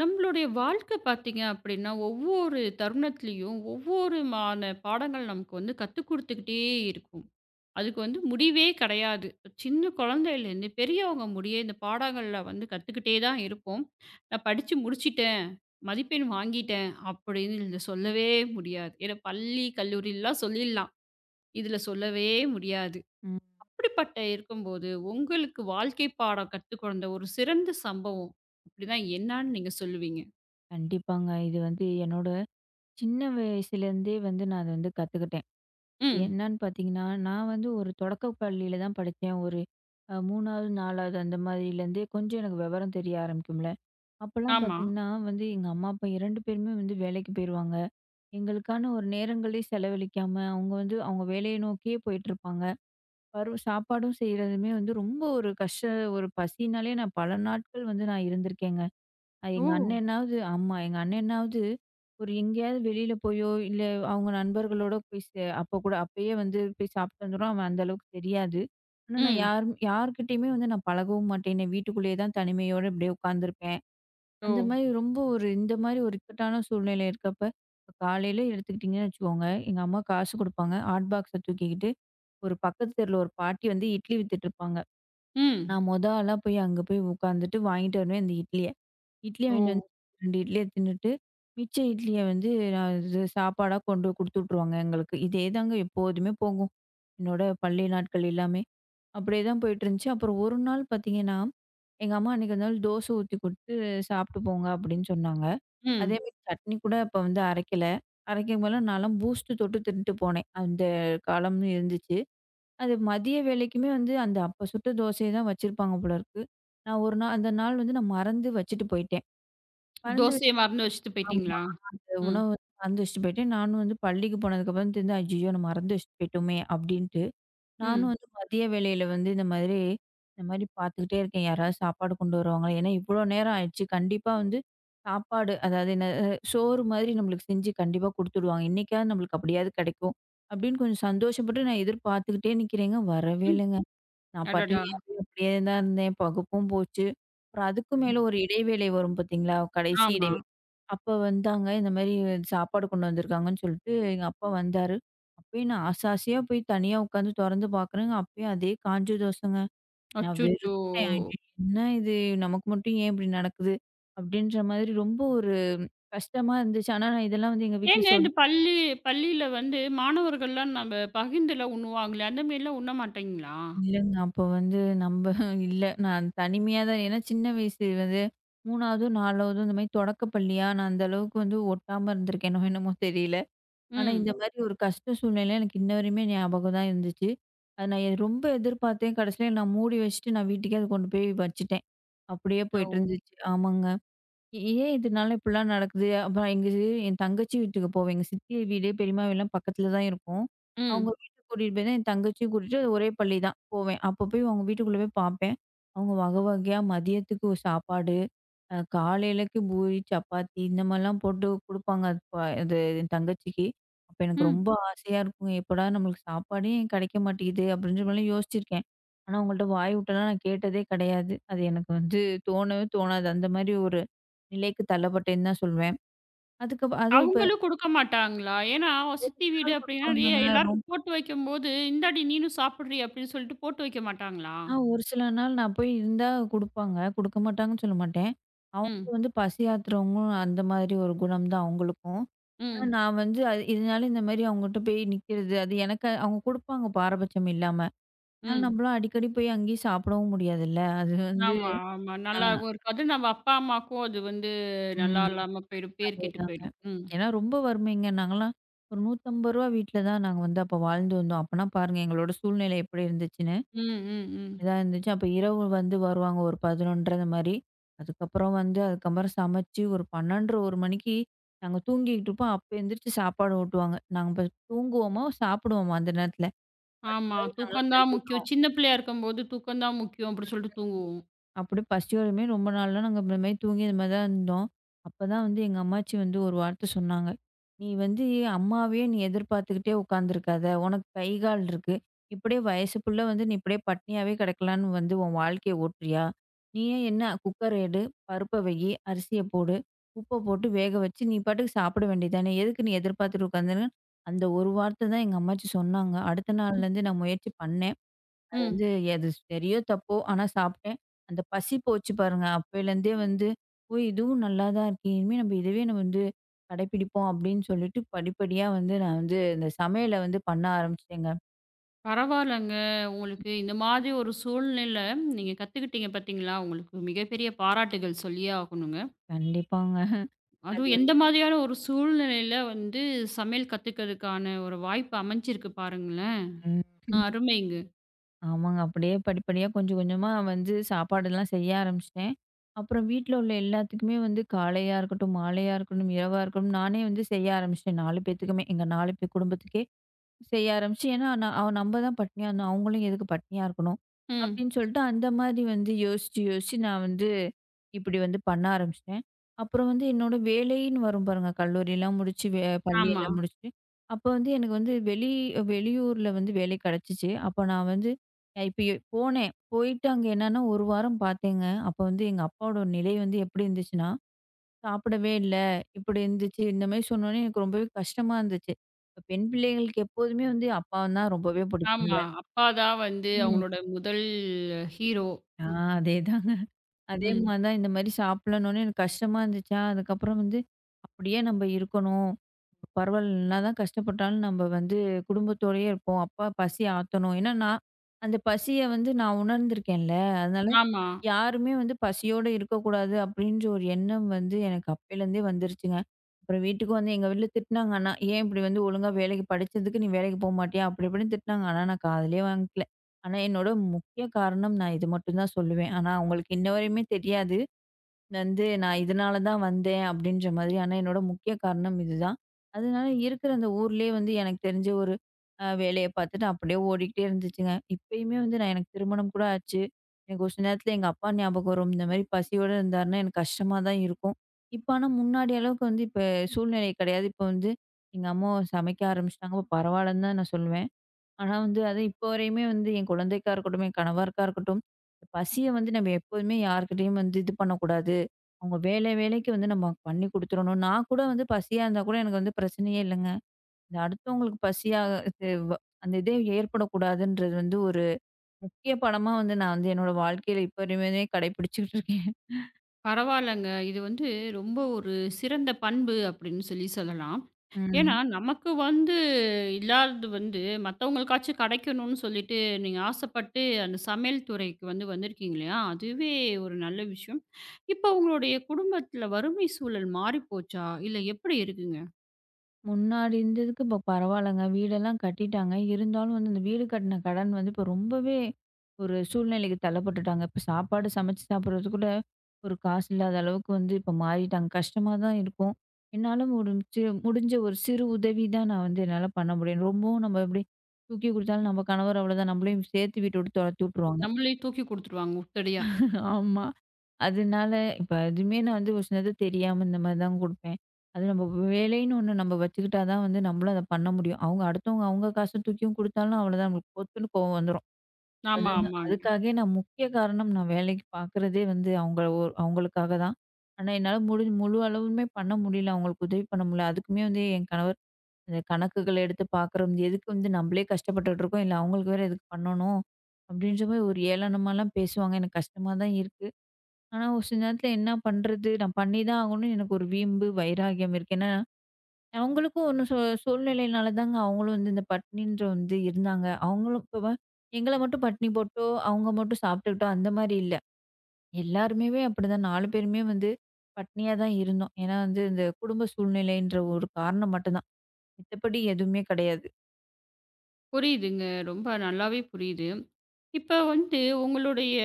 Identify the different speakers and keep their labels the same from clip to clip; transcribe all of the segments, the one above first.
Speaker 1: நம்மளுடைய வாழ்க்கை பார்த்தீங்க அப்படின்னா, ஒவ்வொரு தருணத்திலயும் ஒவ்வொரு மான பாடங்கள் நமக்கு வந்து கத்துக் குடுத்துக்கிட்டே இருக்கும். அதுக்கு வந்து முடிவே கிடையாது. சின்ன குழந்தையிலேருந்து பெரியவங்க முடிய இந்த பாடங்கள்ல வந்து கத்துக்கிட்டே தான் இருப்போம். நான் படிச்சு முடிச்சுட்டேன், மதிப்பெண் வாங்கிட்டேன் அப்படின்னு இதுல சொல்லவே முடியாது. ஏன்னா பள்ளி, கல்லூரிலாம் சொல்லிடலாம். இதுல சொல்லவே முடியாது.
Speaker 2: ம்.
Speaker 1: அப்படிப்பட்ட இருக்கும்போது, உங்களுக்கு வாழ்க்கை பாடம் கத்துக் கொடுந்த ஒரு சிறந்த சம்பவம் அப்படின்னா என்னான்னு நீங்க சொல்லுவீங்க?
Speaker 2: கண்டிப்பாங்க. இது வந்து என்னோட சின்ன வயசுலேருந்தே வந்து நான் அத வந்து கத்துக்கிட்டேன்.
Speaker 1: ம்.
Speaker 2: என்னன்னு பார்த்தீங்கன்னா, நான் வந்து ஒரு தொடக்கப் பள்ளியில தான் படிச்சேன். ஒரு 3வது, 4வது அந்த மாதிரிலேருந்தே கொஞ்சம் எனக்கு விவரம் தெரிய ஆரம்பிக்கும்ல. அப்பலாம்
Speaker 1: ஆமா.
Speaker 2: பார்த்தீங்கன்னா வந்து எங்க அம்மா, அப்பா 2 பேருமே வந்து வேலைக்கு போயிருவாங்க. எங்களுக்கான ஒரு நேரங்களே செலவழிக்காம, அவங்க வந்து அவங்க வேலைய நோக்கியே போயிட்டுருப்பாங்க. சாப்பாடும் செய்றதுமே வந்து ரொம்ப ஒரு ஒரு பசினாலே நான் பல நாட்கள் வந்து நான் இருந்திருக்கேங்க.
Speaker 1: ஓ!
Speaker 2: எங்க அண்ணனாவது ஆமா. எங்க அண்ணனாவது ஒரு எங்கேயாவது வெளியில போயோ, இல்ல அவங்க நண்பர்களோட போய் அப்ப கூட அப்பயே வந்து போய் சாப்பிட்டு வந்துருவான். அவன் அந்த அளவுக்கு தெரியாது. ஆனா நான்
Speaker 1: ம்.
Speaker 2: யார்கிட்டயுமே வந்து நான் பழகவும் மாட்டேன். நான் வீட்டுக்குள்ளேயே தான் தனிமையோட இப்படியே உட்காந்துருப்பேன்.
Speaker 1: ஓ!
Speaker 2: அந்த மாரி ரொம்ப ஒரு இந்த மாரி ஒரு இக்கட்டான சூழ்நிலை இருக்கப்ப, இப்ப காலையில எடுத்துக்கிட்டிங்கன்னு வச்சுக்கோங்க, எங்க அம்மா காசு குடுப்பாங்க. ஹாட் பாக்ஸ தூக்கிக்கிட்டு ஒரு பக்கத்து தெருல ஒரு பாட்டி வந்து இட்லி வித்துட்டுருப்பாங்க.
Speaker 1: ம்.
Speaker 2: நான் மொத ஆளா போய் அங்க போய் உட்காந்துட்டு வாங்கிட்டு வருவேன் அந்த இட்லிய. இட்லிய
Speaker 1: ஓ!
Speaker 2: வாங்கிட்டு வந்து 2 இட்லிய தின்னுட்டு, மிச்ச இட்லிய வந்து நான் இது சாப்பாடா கொண்டு குடுத்து விட்ருவாங்க எங்களுக்கு. இதே தாங்க எப்போதுமே போகும். என்னோட பள்ளி நாட்கள் எல்லாமே. அப்படியே தான் போயிட்டுருந்துச்சு. அப்புறம் ஒரு நாள் பார்த்தீங்கன்னா, எங்க அம்மா அன்னைக்கு ஒரு நாள் தோசை ஊத்தி குடுத்து சாப்பிட்டு போங்க அப்படின்னு சொன்னாங்க.
Speaker 1: ம்.
Speaker 2: அதேமாரி சட்னி கூட அப்ப வந்து அரைக்கல. அரைக்கும் போதெல்லாம் நான்லாம் பூஸ்ட்டு தொட்டு தின்ட்டு போனேன். அந்த காலம்னு இருந்துச்சு. அது மதிய வேளைக்குமே வந்து அந்த அப்ப சுட்ட தோசைய தான் வச்சிருப்பாங்க போல இருக்கு. நான் ஒரு நாள் அந்த நாள் வந்து நான் மறந்து வச்சுட்டு போயிட்டேன். மறந்து வச்சு
Speaker 1: தோசைய மறந்து வச்சுட்டு
Speaker 2: ஆமா.
Speaker 1: போயிட்டீங்களா?
Speaker 2: அந்த
Speaker 1: ம்.
Speaker 2: உணவு வந்து மறந்து வச்சுட்டு போயிட்டேன். நானும் வந்து பள்ளிக்கு போனதுக்கப்புறம் தெரிஞ்சு, "ஐய்யயோ! நான் மறந்து வச்சுட்டு போயிட்டோமே!" அப்படின்ட்டு, நானும்
Speaker 1: ம்.
Speaker 2: வந்து மதிய வேளையில வந்து இந்த மாதிரி இந்த மாரி பார்த்துக்கிட்டே இருக்கேன். யாராவது சாப்பாடு கொண்டு வருவாங்களா? ஏன்னா இவ்வளோ நேரம் ஆயிடுச்சு. கண்டிப்பா வந்து சாப்பாடு அதாவது என்ன சோறு மாதிரி நம்மளுக்கு செஞ்சு கண்டிப்பா குடுத்துடுவாங்க. இன்னைக்காவது நம்மளுக்கு அப்படியாவது கிடைக்கும். அப்படின்னு கொஞ்சம் சந்தோஷப்பட்டு நான் எதிர்பார்த்துக்கிட்டே நிக்கிறேங்க. வரவே
Speaker 1: ம்.
Speaker 2: இல்லங்க. நான்
Speaker 1: அடடா!
Speaker 2: பட்டினியா போய் அப்படியே தான் இருந்தேன். வகுப்பும் போச்சு. அப்புறம் அதுக்கும் மேல
Speaker 1: ம்.
Speaker 2: ஒரு இடைவேளை வரும் பார்த்தீங்களா? கடைசி
Speaker 1: ஆமா.
Speaker 2: இடைவேளை. அப்ப வந்தாங்க. இந்த மாரி சாப்பாடு கொண்டு வந்திருக்காங்கன்னு சொல்லிட்டு எங்க அப்பா வந்தாரு. அப்பயும் நான் ஆசை ஆசையா போய் தனியா உட்காந்து தொறந்து பார்க்குறேங்க. அப்பயும் அதே காஞ்ச தோசைங்க. நான்
Speaker 1: அச்சச்சோ!
Speaker 2: வெறுத்துட்டேன். ஐயோ! என்ன இது நமக்கு மட்டும் ஏன் இப்படி நடக்குது? அப்படின்ற மாதிரி ரொம்ப ஒரு கஷ்டமா இருந்துச்சு. ஆனா நான் இதெல்லாம் வந்து எங்க வீட்ல
Speaker 1: ஏங்க இந்த பள்ளியில வந்து மாணவர்கள்லாம் நம்ம பகிர்ந்துலாம் உண்ணுவாங்களே, அந்த மாரிலாம் உண்ண மாட்டீங்களா?
Speaker 2: இல்லங்க. அப்போ வந்து நம்ப இல்ல. நான் தனிமையா தான் ஏன்னா சின்ன வயசு வந்து 3வது, 4வது இந்த மாரி தொடக்க பள்ளியா, நான் அந்த அளவுக்கு வந்து ஒட்டாம இருந்திருக்கேனோ என்னமோ தெரியல. ஆனா
Speaker 1: ம்.
Speaker 2: இந்த மாரி ஒரு கஷ்ட சூழ்நிலை எனக்கு இன்ன வரையுமே ஞாபகம் தான் இருந்துச்சு. அத நான் ரொம்ப எதிர்பார்த்தேன். கடைசியில நான் மூடி வச்சுட்டு நான் வீட்டுக்கே அத கொண்டு போய் வச்சுட்டேன். அப்படியே
Speaker 1: ஓ!
Speaker 2: போயிட்டு இருந்துச்சு. ஆமாங்க. ஏன் இதனால இப்படிலாம் நடக்குது? அப்புறம் எங்க என் தங்கச்சி வீட்டுக்கு போவேன். எங்க சித்தி வீடு, பெரியம்மா வீடுலாம் பக்கத்துல தான் இருக்கும். அவங்க
Speaker 1: ம்.
Speaker 2: வீட்டுக்கு கூட்டிட்டு போய் தான் என் தங்கச்சியும் கூட்டிட்டு ஒரே பள்ளி தான் போவேன். அப்ப போய் அவங்க வீட்டுக்குள்ள போய் பார்ப்பேன். அவங்க வகை வகையா மதியத்துக்கு ஒரு சாப்பாடு, காலையிலக்கு பூரி, சப்பாத்தி இந்த மாரிலாம் போட்டு குடுப்பாங்க. அது என் தங்கச்சிக்கு. அப்ப எனக்கு
Speaker 1: ம்.
Speaker 2: ரொம்ப ஆசையா இருக்குங்க. எப்படா நம்மளுக்கு சாப்பாடே கிடைக்க மாட்டேங்குது அப்படின்ற மாரிலாம் யோசிச்சிருக்கேன். ஆனா, அவங்கள்ட்ட வாய் விட்டெல்லாம் நான் கேட்டதே கிடையாது. அது எனக்கு வந்து தோணவே தோணாது. அந்த மாரி ஒரு நிலைக்கு தள்ளப்பட்டேன்னு தான் சொல்வேன். அதுக்கு அதுவும் இப்ப
Speaker 1: அவங்களும் குடுக்க மாட்டாங்களா? ஏன்னா,
Speaker 2: ஒரு
Speaker 1: சித்தி
Speaker 2: சில
Speaker 1: வீடு
Speaker 2: நாள்
Speaker 1: அப்படின்னா, ஏ
Speaker 2: குடுப்பாங்கங்க. ரொம்
Speaker 1: எல்லாருக்கும் போட்டு வைக்கும்போது, "இந்தாடி நீனும் சாப்பிடுறி" அப்படின்னு சொல்லிட்டு போட்டு வைக்க மாட்டாங்களா?
Speaker 2: ஆ ஒரு சில நாள் நான் போய் இருந்தா குடுப்பாங்க. குடுக்க மாட்டாங்கன்னு சொல்ல மாட்டேன். அவங்க
Speaker 1: ம்.
Speaker 2: வந்து பசி ஆத்துறவங்களும் அந்த மாதிரி ஒரு குணம் தான் அவங்களுக்கும். ஆனா
Speaker 1: ம்.
Speaker 2: நான் வந்து அது இதனால இந்த மாரி அவங்ககிட்ட போய் நிக்கிறது, அது எனக்கு அவங்க குடுப்பாங்க பாரபட்சம் இல்லாம. அதனால
Speaker 1: ம்.
Speaker 2: நம்மளும் அடிக்கடி போய் அங்கேயும் சாப்பிடவும் முடியாதுல்ல. அது வந்து
Speaker 1: ஆமா, ஆமா.
Speaker 2: ஆ
Speaker 1: நல்லாவும் இருக்காது. நம்ம அப்பா, அம்மாக்கும் அது வந்து நல்லா
Speaker 2: ம்
Speaker 1: இல்லாம போயிடும். பேர் கெட்டு
Speaker 2: அதேதாங்க.
Speaker 1: போயிடும். ம்.
Speaker 2: ஏன்னா ரொம்ப வறுமைங்க. நாங்கலாம் ஒரு ரூ. 150 வீட்ல தான் நாங்க வந்து அப்ப வாழ்ந்து வந்தோம். அப்பனா பாருங்க எங்களோட சூழ்நிலை எப்படி இருந்துச்சுன்னு.
Speaker 1: ம், ம், ம்.
Speaker 2: அப்படிதான் இருந்துச்சு. அப்ப இரவு வந்து வருவாங்க ஒரு 11:30 அந்த மாரி. அதுக்கப்புறம் வந்து அதுக்கப்புறம் சமைச்சு ஒரு 12:00 1 மணிக்கு நாங்க தூங்கிக்கிட்டு இருப்போம். அப்ப எந்திரிச்சு சாப்பாடு ஊட்டுவாங்க. நாங்க தூங்குவோமா, சாப்பிடுவோமா அந்த நேரத்துல.
Speaker 1: ஆமா.
Speaker 2: போய்
Speaker 1: தூக்கம்
Speaker 2: நாங்கலாம் தள்ளி
Speaker 1: தான் முக்கியம்.
Speaker 2: விட்டுருவோம்.
Speaker 1: சின்ன பிள்ளையா இருக்கும்போது தூக்கம் தான் முக்கியம் அப்படி சொல்லிட்டு தூங்குவோம்.
Speaker 2: அப்படி பசியோடையுமே ரொம்ப நாள்லாம் நாங்க இந்த மாரி தூங்கி இந்த மாரி தான் இருந்தோம். அப்பதான் வந்து எங்க அம்மாச்சி வந்து ஒரு வார்த்தை சொன்னாங்க. "நீ வந்து அம்மாவையே நீ எதிர்பார்த்துக்கிட்டே உட்காந்துருக்காத. உனக்கு கை, கால் இருக்கு. இப்படியே வயசு புள்ள வந்து நீ இப்படியே பட்னியாவே கிடக்கலான்னு வந்து உன் வாழ்க்கைய ஓட்டுறியா? நீயே என்ன குக்கர எடு, பருப்ப வையி, அரிசிய போடு, உப்ப போட்டு வேக வச்சு நீ பாட்டுக்கு சாப்பிட வேண்டியது தானே. எதுக்கு நீ எதிர்பார்த்துட்டு உட்காந்துன்னு" அந்த ஒரு வார்த்தை தான் எங்க அம்மாச்சி சொன்னாங்க. அடுத்த
Speaker 1: ம்.
Speaker 2: நாள்லேருந்து நான் முயற்சி பண்ணேன்.
Speaker 1: ம்.
Speaker 2: வந்து எது சரியோ! தப்போ! ஆனா சாப்பிட்டேன். அந்த பசி போச்சு பாருங்க. அப்பயிலேருந்தே வந்து, "ஓ! இதுவும் நல்லா தான் இருக்கே! இனிமே நம்ம இதுவே நம்ம வந்து கடைப்பிடிப்போம்." அப்படின்னு சொல்லிட்டு படிப்படியா வந்து நான் வந்து இந்த சமையல வந்து பண்ண ஆரம்பிச்சுட்டேங்க.
Speaker 1: பரவாயில்லங்க. உங்களுக்கு இந்த மாதிரி ஒரு சூழ்நிலை நீங்க கத்துக்கிட்டீங்க பார்த்தீங்களா? உங்களுக்கு மிகப்பெரிய பாராட்டுகள் சொல்லியே ஆகணுங்க.
Speaker 2: கண்டிப்பாங்க. அது
Speaker 1: அதுவும் எந்த
Speaker 2: வந்து
Speaker 1: மாதிரியான ஒரு சூழ்நிலையில வந்து சமையல் கத்துக்கிறதுக்கான ஒரு வாய்ப்பு அமைஞ்சிருக்கு பாருங்களேன்.
Speaker 2: ம்.
Speaker 1: ஆ,
Speaker 2: ம்.
Speaker 1: அருமைங்க.
Speaker 2: ஆமாங்க. அப்படியே படிப்படியா கொஞ்சம் கொஞ்சமா வந்து சாப்பாடெல்லாம் செய்ய ஆரம்பிச்சுட்டேன். அப்புறம் வீட்ல உள்ள எல்லாத்துக்குமே வந்து காலையா இருக்கட்டும், மாலையா இருக்கட்டும், இரவா இருக்கட்டும், நானே வந்து செய்ய ஆரம்பிச்சுட்டேன் 4 பேத்துக்குமே. எங்க 4 பேர் குடும்பத்துக்கே செய்ய ஆரம்பிச்சு. ஏன்னா, நான் அவ நம்ம தான் பட்னியா இருந்தோம். அவங்களும் எதுக்கு பட்னியா இருக்கணும்?
Speaker 1: ம்.
Speaker 2: அப்படின்னு சொல்லிட்டு அந்த மாதிரி வந்து யோசிச்சு, யோசிச்சு நான் வந்து இப்படி வந்து பண்ண ஆரம்பிச்சுட்டேன். அப்புறம் வந்து என்னோட வேலைன்னு வரும் பாருங்க. கல்லூரிலாம் முடிச்சு,
Speaker 1: ஆமா,
Speaker 2: பள்ளியெல்லாம் முடிச்சுட்டு, அப்போ வந்து எனக்கு வந்து வெளியூர்ல வந்து வேலை கிடைச்சிச்சு. அப்போ நான் வந்து இப்ப போனேன். போயிட்டு அங்க என்னன்னா, ஒரு வாரம் பார்த்தேங்க. அப்போ வந்து எங்க அப்பாவோட நிலை வந்து எப்படி இருந்துச்சுன்னா, சாப்பிடவே இல்ல. இப்படி இருந்துச்சு. இந்த மாரி சொன்னோனே எனக்கு ரொம்பவே கஷ்டமா இருந்துச்சு. இப்ப பெண் பிள்ளைகளுக்கு எப்போதுமே வந்து அப்பான்னா ரொம்பவே பிடிக்கும்ல.
Speaker 1: ஆமா. அப்பா தான் வந்து
Speaker 2: ம்.
Speaker 1: அவங்களோட முதல் ஹீரோ.
Speaker 2: ஆ
Speaker 1: ம்,
Speaker 2: அதேதான். அதே
Speaker 1: ம்.
Speaker 2: மாரி தான் இந்த மாரி சாப்பிடணும்னு எனக்கு கஷ்டமா இருந்துச்சா, அதுக்கப்புறம் வந்து அப்படியே நம்ப இருக்கணும். பரவாயில்ல என்னதான் கஷ்டப்பட்டாலும் நம்ப வந்து குடும்பத்தோடயே இருப்போம். அப்ப பசி ஆத்தணும். ஏன்னா நான் அந்த பசிய வந்து நான் உணர்ந்திருக்கேன்ல. அதனால
Speaker 1: ஆமா.
Speaker 2: யாருமே வந்து பசியோட இருக்கக்கூடாது அப்படின்ற ஒரு எண்ணம் வந்து எனக்கு அப்பையிலேருந்தே வந்துருச்சுங்க. அப்புறம் வீட்டுக்கு வந்து எங்க வீட்ல திட்டுனாங்க ஆனா. "ஏன் இப்படி வந்து ஒழுங்கா வேலைக்கு படிச்சதுக்கு நீ வேலைக்கு போ மாட்டியா?" அப்படி இப்படின்னு திட்டுனாங்க. ஆனா நான் காதுலயே வாங்கிக்கல. ஆனா, என்னோட முக்கிய காரணம் நான் இது மட்டும் தான் சொல்லுவேன். ஆனா, அவங்களுக்கு இன்ன வரையுமே தெரியாது. வந்து நான் இதனால தான் வந்தேன் அப்படின்ற மாதிரி. ஆனா, என்னோட முக்கிய காரணம் இதுதான். அதனால இருக்கிற அந்த ஊர்லயே வந்து எனக்கு தெரிஞ்ச ஒரு வேலைய பார்த்துட்டு அப்படியே ஓடிக்கிட்டே இருந்துச்சுங்க. இப்பயுமே வந்து நான் எனக்கு திருமணம் கூட ஆச்சு. எனக்கு ஒரு சில நேரத்துல எங்க அப்பா ஞாபகம் வரும். இந்த மாரி பசியோட இருந்தாருன்னா எனக்கு கஷ்டமா தான் இருக்கும். இப்ப ஆனா முன்னாடி அளவுக்கு வந்து இப்ப சூழ்நிலை கிடையாது. இப்ப வந்து எங்க அம்மா சமைக்க ஆரம்பிச்சுட்டாங்க. பரவாயில்லன்னு தான் நான் சொல்லுவேன். ஆனா வந்து அது இப்போ வரையுமே வந்து என் குழந்தைக்கா இருக்கட்டும், என் கணவருக்கா இருக்கட்டும், பசிய வந்து நம்ம எப்போதுமே யார்கிட்டயும் வந்து இது பண்ணக்கூடாது. அவங்க வேலை வேலைக்கு வந்து நம்ம பண்ணி குடுத்துறணும். நான் கூட வந்து பசியா இருந்தா கூட எனக்கு வந்து பிரச்சனையே இல்லங்க. இந்த அடுத்தவங்களுக்கு பசியா இது வ அந்த இதே ஏற்படக்கூடாதுன்றது வந்து ஒரு முக்கிய பாடமா வந்து நான் வந்து என்னோட வாழ்க்கையில இப்போ வரையுமே கடைபிடிச்சுக்கிட்டு இருக்கேன்.
Speaker 1: பரவால்லங்க. இது வந்து ரொம்ப ஒரு சிறந்த பண்பு அப்படின்னு சொல்லி சொல்லலாம். ஏன்னா,
Speaker 2: ம்.
Speaker 1: நமக்கு வந்து இல்லாதது வந்து மத்தவங்களுக்காச்சும் கிடைக்கணும்னு சொல்லிட்டு நீங்க ஆசைப்பட்டு அந்த சமையல் துறைக்கு வந்து வந்திருக்கீங்க இல்லையா? அதுவே ஒரு நல்ல விஷயம். இப்போ உங்களுடைய குடும்பத்தில வறுமை சூழல் மாறிப்போச்சா? இல்ல எப்படி இருக்குங்க?
Speaker 2: முன்னாடி இருந்ததுக்கு இப்போ பரவாயில்லங்க. வீடெல்லாம் கட்டிட்டாங்க. இருந்தாலும் வந்து இந்த வீடு கட்டின கடன் வந்து இப்போ ரொம்பவே ஒரு சூழ்நிலைக்கு தள்ளப்பட்டுட்டாங்க. இப்போ சாப்பாடு சமைச்சு சாப்பிடுறது கூட ஒரு காசு இல்லாத அளவுக்கு வந்து இப்போ மாறிட்டாங்க. கஷ்டமா தான் இருக்கும். என்னால முடிஞ்சு முடிஞ்ச ஒரு சிறு உதவி தான் நான் வந்து என்னால பண்ண முடியும். ரொம்பவும் நம்ம எப்படி தூக்கி குடுத்தாலும் நம்ம கணவர் அவ்வளோதான். நம்மளையும் சேர்த்து வீட்ட விட்டு தொரத்தி விட்டுருவாங்க.
Speaker 1: நம்மளே தூக்கி குடுத்துருவாங்க உருத்தடியா.
Speaker 2: ஆமா. அதனால இப்ப அதுவுமே நான் வந்து ஒரு சிலது தெரியாம இந்த மாதிரி தான் குடுப்பேன். அது நம்ம வேலைன்னு ஒண்ணு நம்ம வச்சுக்கிட்டா தான் வந்து நம்மளும் அத பண்ண முடியும். அவங்க அடுத்தவங்க அவங்க காச தூக்கியும் குடுத்தாலும் அவ்வளோதான் நம்மளுக்கு பொத்துன்னு கோவம் வந்துரும். அது
Speaker 1: ஆமா, ஆமாங்க.
Speaker 2: அதுக்காகவே நான் முக்கிய காரணம் நான் வேலைக்கு பார்க்குறதே வந்து அவங்க அவங்களுக்காக தான். ஆனா என்னால முடிஞ்ச முழு அளவுமே பண்ண முடியல. அவங்களுக்கு உதவி பண்ண முடியல. அதுக்குமே வந்து என் கணவர் இந்த கணக்குகள எடுத்து பார்க்குறோம். எதுக்கு வந்து நம்மளே கஷ்டப்பட்டுட்டு இருக்கோம். இல்ல அவங்களுக்கு வேற எதுக்கு பண்ணணும்? அப்படின்ற மாரி ஒரு ஏளனமாலாம் பேசுவாங்க. எனக்கு கஷ்டமா தான் இருக்கு. ஆனா, ஒரு சில நேரத்துல என்ன பண்றது? நான் பண்ணிதான் ஆகணும்னு எனக்கு ஒரு வீம்பு, வைராகியம் இருக்கு. ஏன்னா, அவங்களுக்கும் ஒண்ணு சூழ்நிலையினால தாங்க அவங்களும் வந்து இந்த பட்னின்ற வந்து இருந்தாங்க. அவங்களும் இப்ப எங்கள மட்டும் பட்னி போட்டோ, அவங்க மட்டும் சாப்பிட்டுக்கிட்டோ அந்த மாரி இல்ல. எல்லாருமேவே அப்படிதான் 4 பேருமே வந்து பட்னியா தான் இருந்தோம். ஏன்னா வந்து இந்த குடும்ப சூழ்நிலைன்ற ஒரு காரணம் மட்டும் தான். மித்தபடி எதுவுமே கிடையாது.
Speaker 1: புரியுதுங்க. ரொம்ப நல்லாவே புரியுது. இப்ப வந்து உங்களுடைய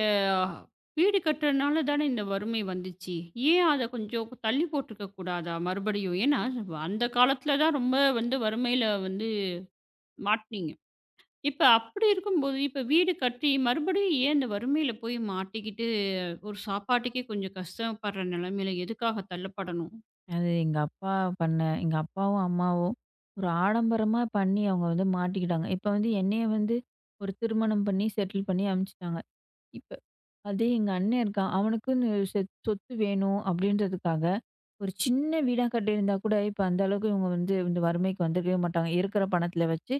Speaker 1: வீடு கட்டுறனால தானே இந்த வறுமை வந்துச்சு. ஏன் அத கொஞ்சம் தள்ளி போட்டுருக்க கூடாதா மறுபடியும்? ஏன்னா அந்த காலத்துல தான் ரொம்ப வந்து வறுமையில வந்து மாட்னீங்க. இப்ப அப்படி இருக்கும்போது, இப்ப வீடு கட்டி மறுபடியும் ஏன் இந்த வறுமையில போய் மாட்டிக்கிட்டு, ஒரு சாப்பாட்டுக்கே கொஞ்சம் கஷ்டப்படுற நிலைமையில எதுக்காக தள்ளப்படணும்?
Speaker 2: அது எங்க அப்பா எங்க அப்பாவும், அம்மாவும் ஒரு ஆடம்பரமா பண்ணி அவங்க வந்து மாட்டிக்கிட்டாங்க. இப்ப வந்து என்னைய வந்து ஒரு திருமணம் பண்ணி செட்டில் பண்ணி அனுப்பிச்சுட்டாங்க. இப்ப அதே எங்க அண்ணன் இருக்கான். அவனுக்குன்னு சொத்து வேணும் அப்டின்றதுக்காக, ஒரு சின்ன வீடா கட்டியிருந்தா கூட, இப்ப அந்த அளவுக்கு இவங்க வந்து இந்த வறுமைக்கு வந்துருக்கவே மாட்டாங்க. இருக்கிற பணத்துல வச்சு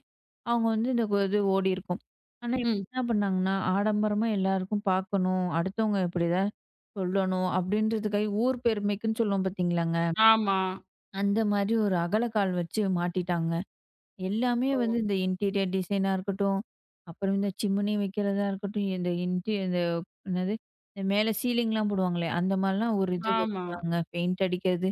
Speaker 2: அவங்க வந்து இந்த இது ஓடியிருக்கும். ஆனா இவங்க
Speaker 1: ம்.
Speaker 2: என்ன பண்ணாங்கன்னா, ஆடம்பரமா எல்லாருக்கும் பார்க்கணும், அடுத்தவங்க இப்படிதான் சொல்லணும் அப்டின்றதுக்காக ஊர் பெருமைக்குன்னு சொல்லுவோம் பார்த்தீங்களாங்க.
Speaker 1: ஆமா.
Speaker 2: அந்த மாதிரி ஒரு அகலக்கால் வச்சு மாட்டிட்டாங்க. எல்லாமே
Speaker 1: ஓ!
Speaker 2: வந்து இந்த இன்டீரியர் டிசைனா இருக்கட்டும், அப்புறம் இந்த சிம்னி வைக்கிறதா இருக்கட்டும், இந்த என்னது? இந்த மேல சீலிங்லாம் போடுவாங்களே, அந்த மாரிலாம் ஒரு இது
Speaker 1: ஆமா.
Speaker 2: வச்சுட்டாங்க. பெயிண்ட் அடிக்கிறது,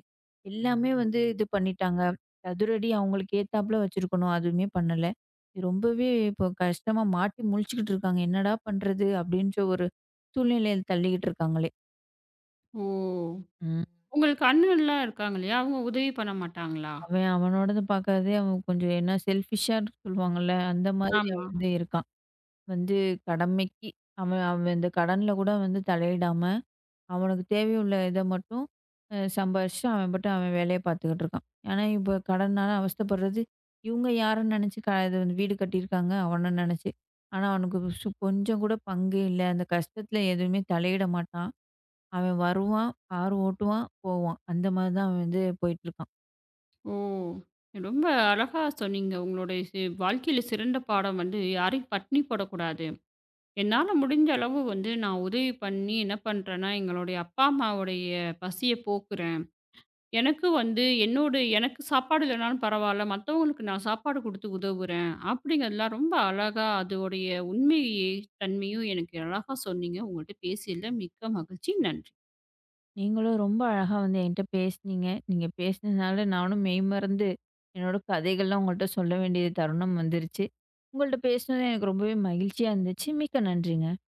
Speaker 2: எல்லாமே வந்து இது பண்ணிட்டாங்க. சதுரடி அவங்களுக்கு ஏத்தாப்புல வச்சிருக்கணும். அதுவுமே பண்ணல. இது ரொம்பவே இப்போ கஷ்டமா மாட்டி முழிச்சுக்கிட்டு இருக்காங்க. என்னடா பண்றது? அப்படின்ற ஒரு சூழ்நிலையில தள்ளிக்கிட்டு இருக்காங்களே!
Speaker 1: ஓ!
Speaker 2: ம்.
Speaker 1: உங்களுக்கு அண்ணன்லாம் இருக்காங்க இல்லையா? அவங்க உதவி பண்ண மாட்டாங்களா?
Speaker 2: அவன் அவனோடது பார்க்காதே அவன் கொஞ்சம் என்ன செல்ஃபிஷ்ஷான்னு சொல்லுவாங்கல்ல, அந்த மாதிரி
Speaker 1: ஆமா.
Speaker 2: அவன் வந்து இருக்கான். வந்து கடமைக்கு அவன் அவன் இந்த கடன்ல கூட வந்து தலையிடாம, அவனுக்கு தேவையுள்ள இத மட்டும் சம்பாரிச்சுட்டு அவன் பாட்டுக்கு அவன் வேலைய பார்த்துக்கிட்டு இருக்கான். ஆனா இப்போ கடன்னால அவஸ்தைப்படுறது, இவங்க யாருன்னு நெனச்சு இது வந்து வீடு கட்டியிருக்காங்க அவன நெனச்சு. ஆனா அவனுக்கு கொஞ்சம் கூட பங்கே இல்ல. அந்த கஷ்டத்துல எதுவுமே தலையிட மாட்டான். அவன் வருவான், கார் ஓட்டுவான், போவான். அந்த மாதிரி தான் அவன் வந்து போயிட்டுருக்கான்.
Speaker 1: ஓ! ரொம்ப அழகா சொன்னீங்க. உங்களுடைய வாழ்க்கையில சிறந்த பாடம் வந்து யாரையும் பட்டினி போடக்கூடாது. என்னால முடிஞ்ச அளவு வந்து நான் உதவி பண்ணி என்ன பண்றேன்னா, எங்களுடைய அப்பா, அம்மாவுடைய பசிய போக்குறேன். எனக்கு வந்து என்னோட எனக்கு சாப்பாடு இல்லனாலும் பரவால்ல, மத்தவங்களுக்கு நான் சாப்பாடு குடுத்து உதவுறேன். அப்படிங்கிறதெல்லாம் ரொம்ப அழகா அதோடைய உண்மை தன்மையும் எனக்கு அழகா சொன்னீங்க. உங்கள்ட்ட பேசியதில மிக்க மகிழ்ச்சி. நன்றி.
Speaker 2: நீங்களும் ரொம்ப அழகா வந்து என்கிட்ட பேசுனீங்க. நீங்க பேசினதுனால நானும் மெய்மறந்து என்னோட கதைகள்லாம் உங்கள்ட்ட சொல்ல வேண்டிய தருணம் வந்துருச்சு. உங்கள்ட்ட பேசினது எனக்கு ரொம்பவே மகிழ்ச்சியா இருந்துச்சு. மிக்க நன்றிங்க.